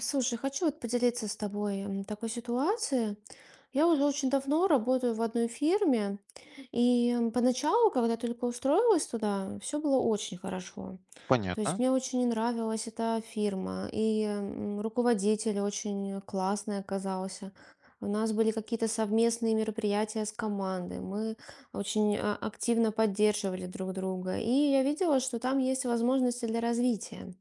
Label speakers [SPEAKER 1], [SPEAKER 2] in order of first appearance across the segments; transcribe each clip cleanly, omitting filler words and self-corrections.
[SPEAKER 1] Слушай, хочу вот поделиться с тобой такой ситуацией. Я уже очень давно работаю в одной фирме, и поначалу, когда только устроилась туда, все было очень хорошо. То есть
[SPEAKER 2] Понятно,
[SPEAKER 1] мне очень нравилась эта фирма, и руководитель очень классный оказался. У нас были какие-то совместные мероприятия с командой. Мы очень активно поддерживали друг друга. И я видела, что там есть возможности для развития.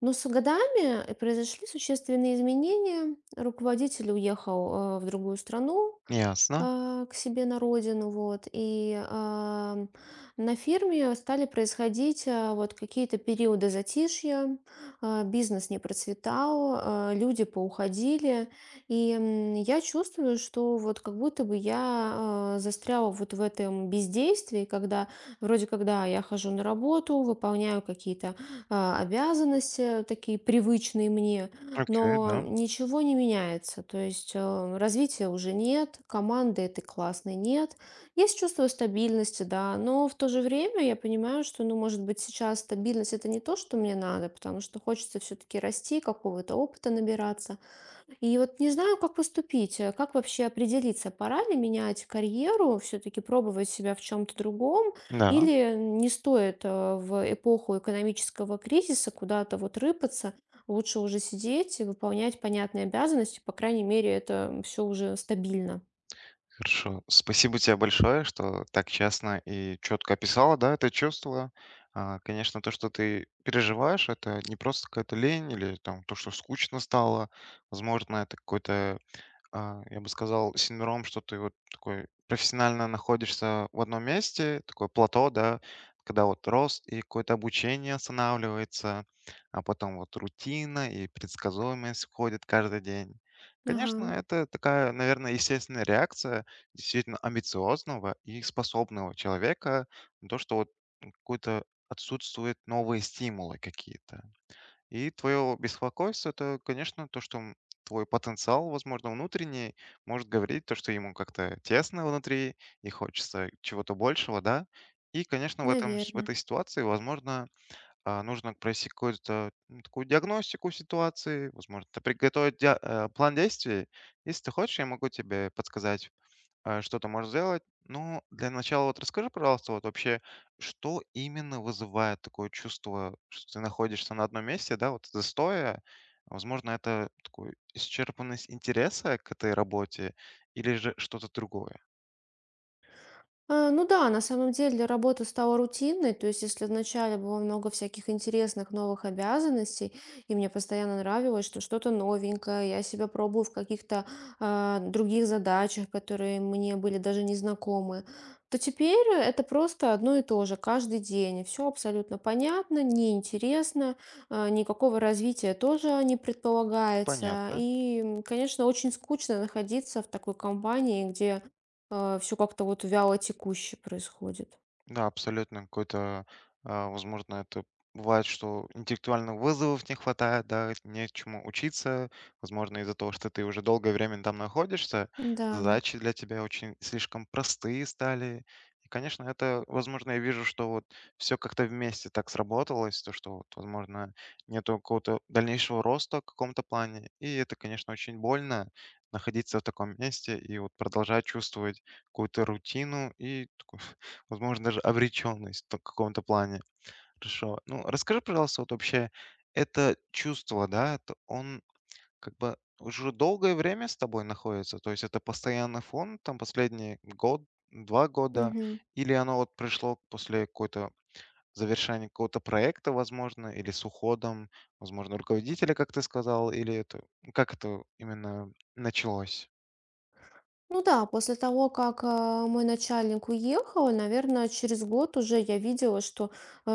[SPEAKER 1] Но с годами произошли существенные изменения. Руководитель уехал в другую страну,
[SPEAKER 2] ясно.
[SPEAKER 1] к себе на родину, вот. И на фирме стали происходить вот какие-то периоды затишья, бизнес не процветал, люди поуходили, и я чувствую, что вот как будто бы я застряла вот в этом бездействии, когда вроде как, да, я хожу на работу, выполняю какие-то обязанности, такие привычные мне,
[SPEAKER 2] Окей,
[SPEAKER 1] но
[SPEAKER 2] да.
[SPEAKER 1] ничего не меняется. То есть развития уже нет, команды этой классной нет. Есть чувство стабильности, да, но в то же время я понимаю, что, ну, может быть, сейчас стабильность это не то, что мне надо, потому что хочется все-таки расти, какого-то опыта набираться. И вот не знаю, как поступить, как вообще определиться, пора ли менять карьеру, все-таки пробовать себя в чем-то другом,
[SPEAKER 2] Да,
[SPEAKER 1] или не стоит в эпоху экономического кризиса куда-то вот рыпаться, лучше уже сидеть и выполнять понятные обязанности, по крайней мере, это все уже стабильно.
[SPEAKER 2] хорошо. Спасибо тебе большое, что так честно и четко описала, да, это чувство. Конечно, то, что ты переживаешь, это не просто какая-то лень или там то, что скучно стало. Возможно, это какой-то я бы сказал, синдром, что ты вот такой профессионально находишься в одном месте, такое плато, да, когда вот рост и какое-то обучение останавливается, а потом вот рутина и предсказуемость входит каждый день.
[SPEAKER 1] Ага,
[SPEAKER 2] Конечно, это такая, наверное, естественная реакция действительно амбициозного и способного человека на то, что вот какой-то отсутствуют новые стимулы какие-то. И твое беспокойство — это, конечно, то, что, твой потенциал, возможно, внутренний может говорить то, что ему как-то тесно внутри и хочется чего-то большего, да. И, конечно, в этом с в
[SPEAKER 1] наверное.
[SPEAKER 2] этой ситуации, возможно, нужно провести какую-то, ну, такую диагностику ситуации, возможно, приготовить план действий. Если ты хочешь, я могу тебе подсказать, что-то можешь сделать. Ну, для начала вот расскажи, пожалуйста, вот вообще, что именно вызывает такое чувство, что ты находишься на одном месте, да, вот застоя? Возможно, это такой исчерпанность интереса к этой работе или же что-то другое?
[SPEAKER 1] Ну да, на самом деле работа стала рутинной. То есть, если вначале было много всяких интересных новых обязанностей, и мне постоянно нравилось, что что-то новенькое, я себя пробую в каких-то других задачах, которые мне были даже незнакомы, то теперь это просто одно и то же каждый день. Все абсолютно понятно, неинтересно, никакого развития тоже не предполагается.
[SPEAKER 2] Понятно.
[SPEAKER 1] И, конечно, очень скучно находиться в такой компании, где все как-то вот вяло текуще происходит.
[SPEAKER 2] Да, абсолютно какой-то, возможно, это бывает, что интеллектуальных вызовов не хватает, да, не чему учиться. Возможно, из-за того, что ты уже долгое время там находишься,
[SPEAKER 1] Да.
[SPEAKER 2] задачи для тебя очень слишком простые стали. И, конечно, это, возможно, я вижу, что вот все как-то вместе так сработалось, то, что, вот, возможно, нету какого-то дальнейшего роста в каком-то плане. И это, конечно, очень больно находиться в таком месте и вот продолжать чувствовать какую-то рутину и такую… Возможно, даже обречённость в каком-то плане. Хорошо. Ну, расскажи, пожалуйста, вот вообще это чувство, да, это он как бы уже долгое время с тобой находится? То есть это постоянный фон, там, последний год, 2 года?
[SPEAKER 1] Мгм.
[SPEAKER 2] Или оно вот пришло после какой-то завершения какого-то проекта, возможно, или с уходом, возможно, руководителя, как ты сказал? Или это… как это именно началось?
[SPEAKER 1] Ну да, после того, как мой начальник уехал, наверное, через год уже я видела, что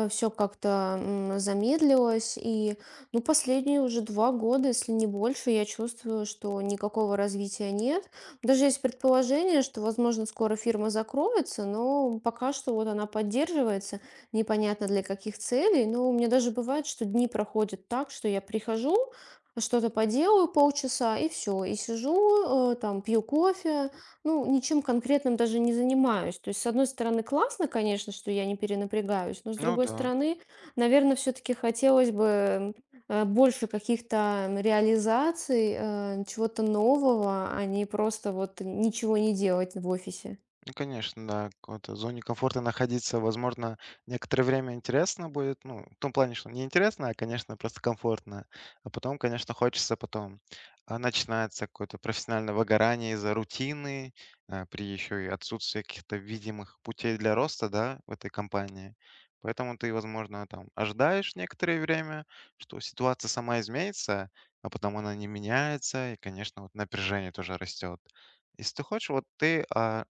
[SPEAKER 1] все как-то замедлилось. И ну, последние уже два года, если не больше, я чувствую, что никакого развития нет. Даже есть предположение, что, возможно, скоро фирма закроется, но пока что вот она поддерживается, непонятно для каких целей. Но у меня даже бывает, что дни проходят так, что я прихожу, что-то поделаю полчаса и все, и сижу, там пью кофе, ну, ничем конкретным даже не занимаюсь. То есть, с одной стороны, классно, конечно, что я не перенапрягаюсь, но с
[SPEAKER 2] Ну
[SPEAKER 1] другой
[SPEAKER 2] да.
[SPEAKER 1] стороны, наверное, все таки хотелось бы, больше каких-то реализаций, чего-то нового, а не просто вот ничего не делать в офисе.
[SPEAKER 2] Ну, конечно, да, в какой-то зоне комфорта находиться, возможно, некоторое время интересно будет, ну, в том плане, что не интересно, а, конечно, просто комфортно. А потом, конечно, хочется потом. А начинается какое-то профессиональное выгорание из-за рутины, при еще и отсутствии каких-то видимых путей для роста, да, в этой компании. Поэтому ты, возможно, там ожидаешь некоторое время, что ситуация сама изменится, а потом она не меняется, и, конечно, вот напряжение тоже растет. Если ты хочешь, вот ты,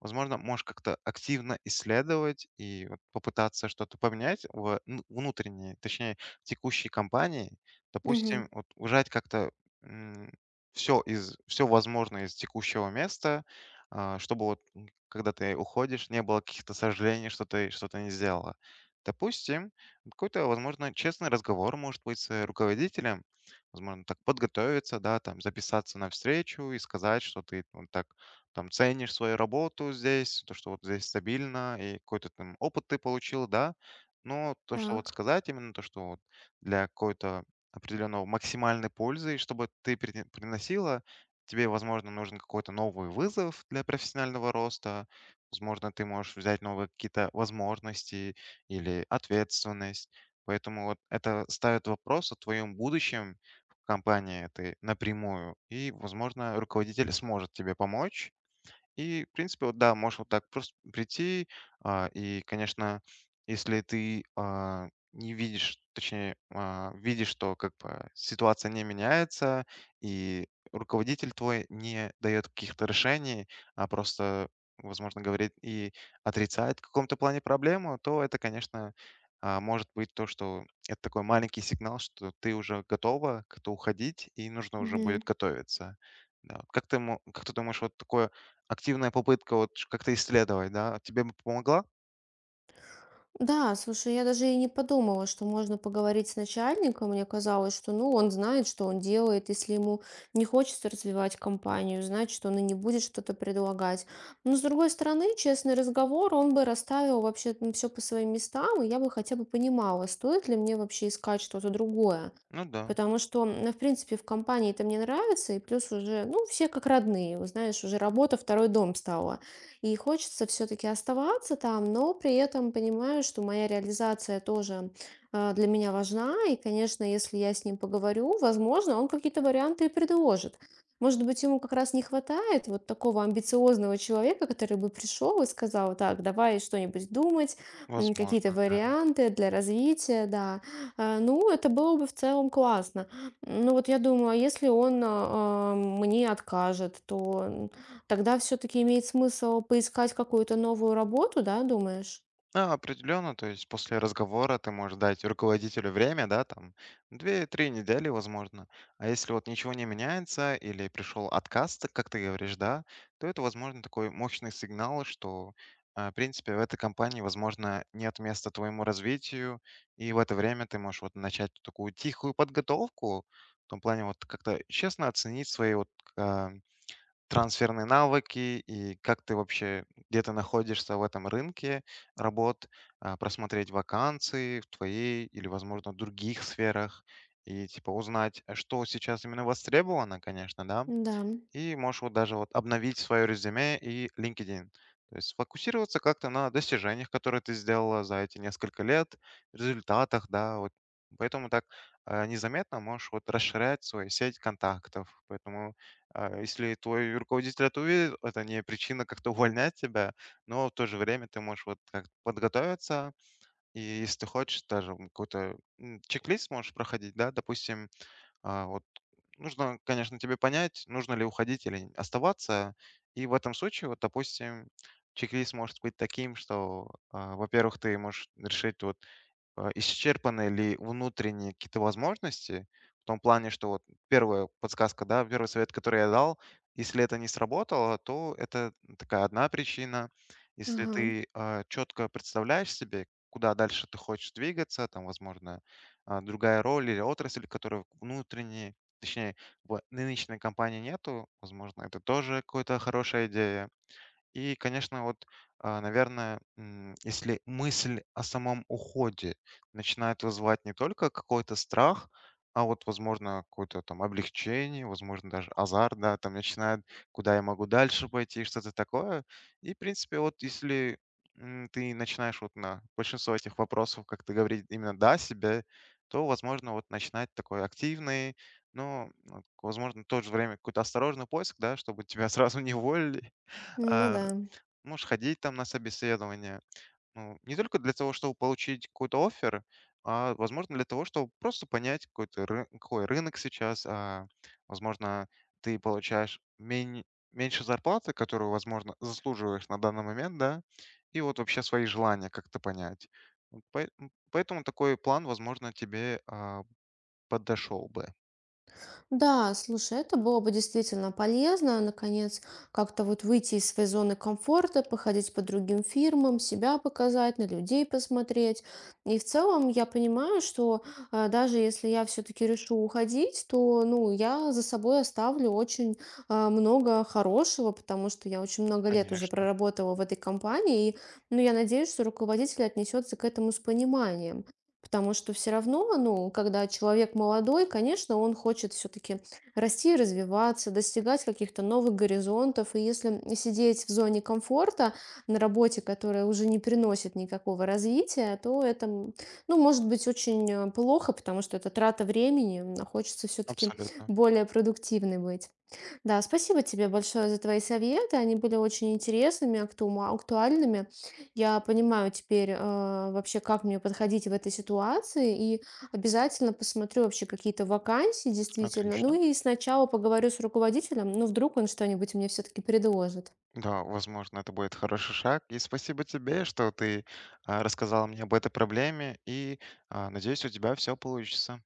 [SPEAKER 2] возможно, можешь как-то активно исследовать и вот попытаться что-то поменять в, ну, внутренней, точнее, в текущей компании.
[SPEAKER 1] Мгм.
[SPEAKER 2] Допустим, вот ужать как-то все возможное из текущего места, чтобы вот, когда ты уходишь, не было каких-то сожалений, что ты что-то не сделала. Допустим, какой-то, возможно, честный разговор может быть с руководителем, возможно, так подготовиться, да, там записаться на встречу и сказать, что ты вот так там ценишь свою работу здесь, то, что вот здесь стабильно, и какой-то там опыт ты получил, да. Но то, что вот
[SPEAKER 1] Так.
[SPEAKER 2] сказать именно, то, что вот для какой-то определенного максимальной пользы, и чтобы ты приносила, тебе, возможно, нужен какой-то новый вызов для профессионального роста, возможно, ты можешь взять новые какие-то возможности или ответственность. Поэтому вот это ставит вопрос о твоем будущем в компании этой напрямую, и, возможно, руководитель сможет тебе помочь, и, в принципе, вот да, можешь вот так просто прийти. И, конечно, если ты, не видишь, точнее, видишь, что как бы ситуация не меняется, и руководитель твой не дает каких-то решений, а просто, возможно, говорит и отрицает в каком-то плане проблему, то это, конечно, может быть то, что это такой маленький сигнал, что ты уже готова как-то уходить, и нужно уже будет
[SPEAKER 1] Мгм.
[SPEAKER 2] готовиться. Да. Вот как ты, как ты думаешь, вот такое… активная попытка вот ш как-то исследовать, да, тебе бы помогла?
[SPEAKER 1] Да, слушай, я даже и не подумала, что можно поговорить с начальником. Мне казалось, что, ну, он знает, что он делает. Если ему не хочется развивать компанию, значит, он и не будет что-то предлагать. Но, с другой стороны, честный разговор, он бы расставил вообще все по своим местам, и я бы хотя бы понимала, стоит ли мне вообще искать что-то другое.
[SPEAKER 2] Ну да,
[SPEAKER 1] Потому что, ну, в принципе, в компании это мне нравится, и плюс уже, ну, все как родные, вот знаешь, уже работа второй дом стала. И хочется все-таки оставаться там, но при этом понимаю, что моя реализация тоже для меня важна. И, конечно, если я с ним поговорю, возможно, он какие-то варианты и предложит. Может быть, ему как раз не хватает вот такого амбициозного человека, который бы пришел и сказал, так, давай что-нибудь думать, какие-то
[SPEAKER 2] возможно, да.
[SPEAKER 1] варианты для развития, да. Ну, это было бы в целом классно. Ну вот я думаю, а если он мне откажет, то тогда все-таки имеет смысл поискать какую-то новую работу, да, думаешь?
[SPEAKER 2] Да, определенно, то есть после разговора ты можешь дать руководителю время, да, там две-три недели, возможно. А если вот ничего не меняется или пришел отказ, так как ты говоришь, да, то это, возможно, такой мощный сигнал, что, в принципе, в этой компании, возможно, нет места твоему развитию. И в это время ты можешь вот начать такую тихую подготовку, в том плане вот как-то честно оценить свои вот, а, трансферные навыки и как ты вообще, где ты находишься в этом рынке работ, просмотреть вакансии в твоей или, возможно, в других сферах и типа узнать, а что сейчас именно востребовано, конечно, да,
[SPEAKER 1] Да.
[SPEAKER 2] и можешь вот даже вот обновить свое резюме и LinkedIn. То есть сфокусироваться как-то на достижениях, которые ты сделала за эти несколько лет, результатах, да, вот. Поэтому так, незаметно можешь вот расширять свою сеть контактов. Поэтому, если твой руководитель это увидит, это не причина как-то увольнять тебя, но в то же время ты можешь вот как подготовиться, и если ты хочешь, даже, какой-то, чек-лист можешь проходить, да, допустим, вот нужно, конечно, тебе понять, нужно ли уходить или оставаться. И в этом случае, вот, допустим, чек-лист может быть таким, что, во-первых, ты можешь решить вот, исчерпаны ли внутренние какие-то возможности, в том плане, что вот первая подсказка, да, первый совет, который я дал, если это не сработало, то это такая одна причина. Если
[SPEAKER 1] Ага.
[SPEAKER 2] ты четко представляешь себе, куда дальше ты хочешь двигаться, там, возможно, другая роль или отрасль, которая внутренней, точнее, в нынешней компании нету. Возможно, это тоже какая-то хорошая идея. И, конечно, вот, наверное, если мысль о самом уходе начинает вызывать не только какой-то страх, а вот, возможно, какое-то там облегчение, возможно, даже азарт, да, там начинает, куда я могу дальше пойти, что-то такое. И, в принципе, вот если, ты начинаешь вот на большинство этих вопросов как-то говорить именно «да» себе, то, возможно, вот начинать такой активный, но, ну, вот, возможно, в то же время какой-то осторожный поиск, да, чтобы тебя сразу не уволили.
[SPEAKER 1] Ну да.
[SPEAKER 2] Можешь ходить там на собеседование. Ну, не только для того, чтобы получить какой-то оффер, а, возможно, для того, чтобы просто понять, какой-то какой рынок сейчас. Возможно, ты получаешь меньше зарплаты, которую, возможно, заслуживаешь на данный момент, да, и вот вообще свои желания как-то понять. Поэтому такой план, возможно, тебе, подошел бы.
[SPEAKER 1] Да, слушай, это было бы действительно полезно, наконец, как-то вот выйти из своей зоны комфорта, походить по другим фирмам, себя показать, на людей посмотреть. И в целом я понимаю, что даже если я все-таки решу уходить, то, ну, я за собой оставлю очень много хорошего, потому что я очень много лет уже
[SPEAKER 2] Конечно,
[SPEAKER 1] проработала в этой компании, и, ну, я надеюсь, что руководитель отнесется к этому с пониманием. Потому что все равно, ну, когда человек молодой, конечно, он хочет все таки расти, развиваться, достигать каких-то новых горизонтов. И если сидеть в зоне комфорта на работе, которая уже не приносит никакого развития, то это, ну, может быть очень, плохо, потому что это трата времени, а хочется все таки
[SPEAKER 2] абсолютно.
[SPEAKER 1] более продуктивной быть. Да, спасибо тебе большое за твои советы. Они были очень интересными, актуальными. Я понимаю теперь, вообще, как мне подходить в этой ситуации, и обязательно посмотрю вообще какие-то вакансии, действительно. Ну
[SPEAKER 2] Отлично.
[SPEAKER 1] и сначала поговорю с руководителем, ну вдруг он что-нибудь мне все-таки предложит.
[SPEAKER 2] Да, возможно, это будет хороший шаг. И спасибо тебе, что ты, рассказала мне об этой проблеме. И, надеюсь, у тебя все получится.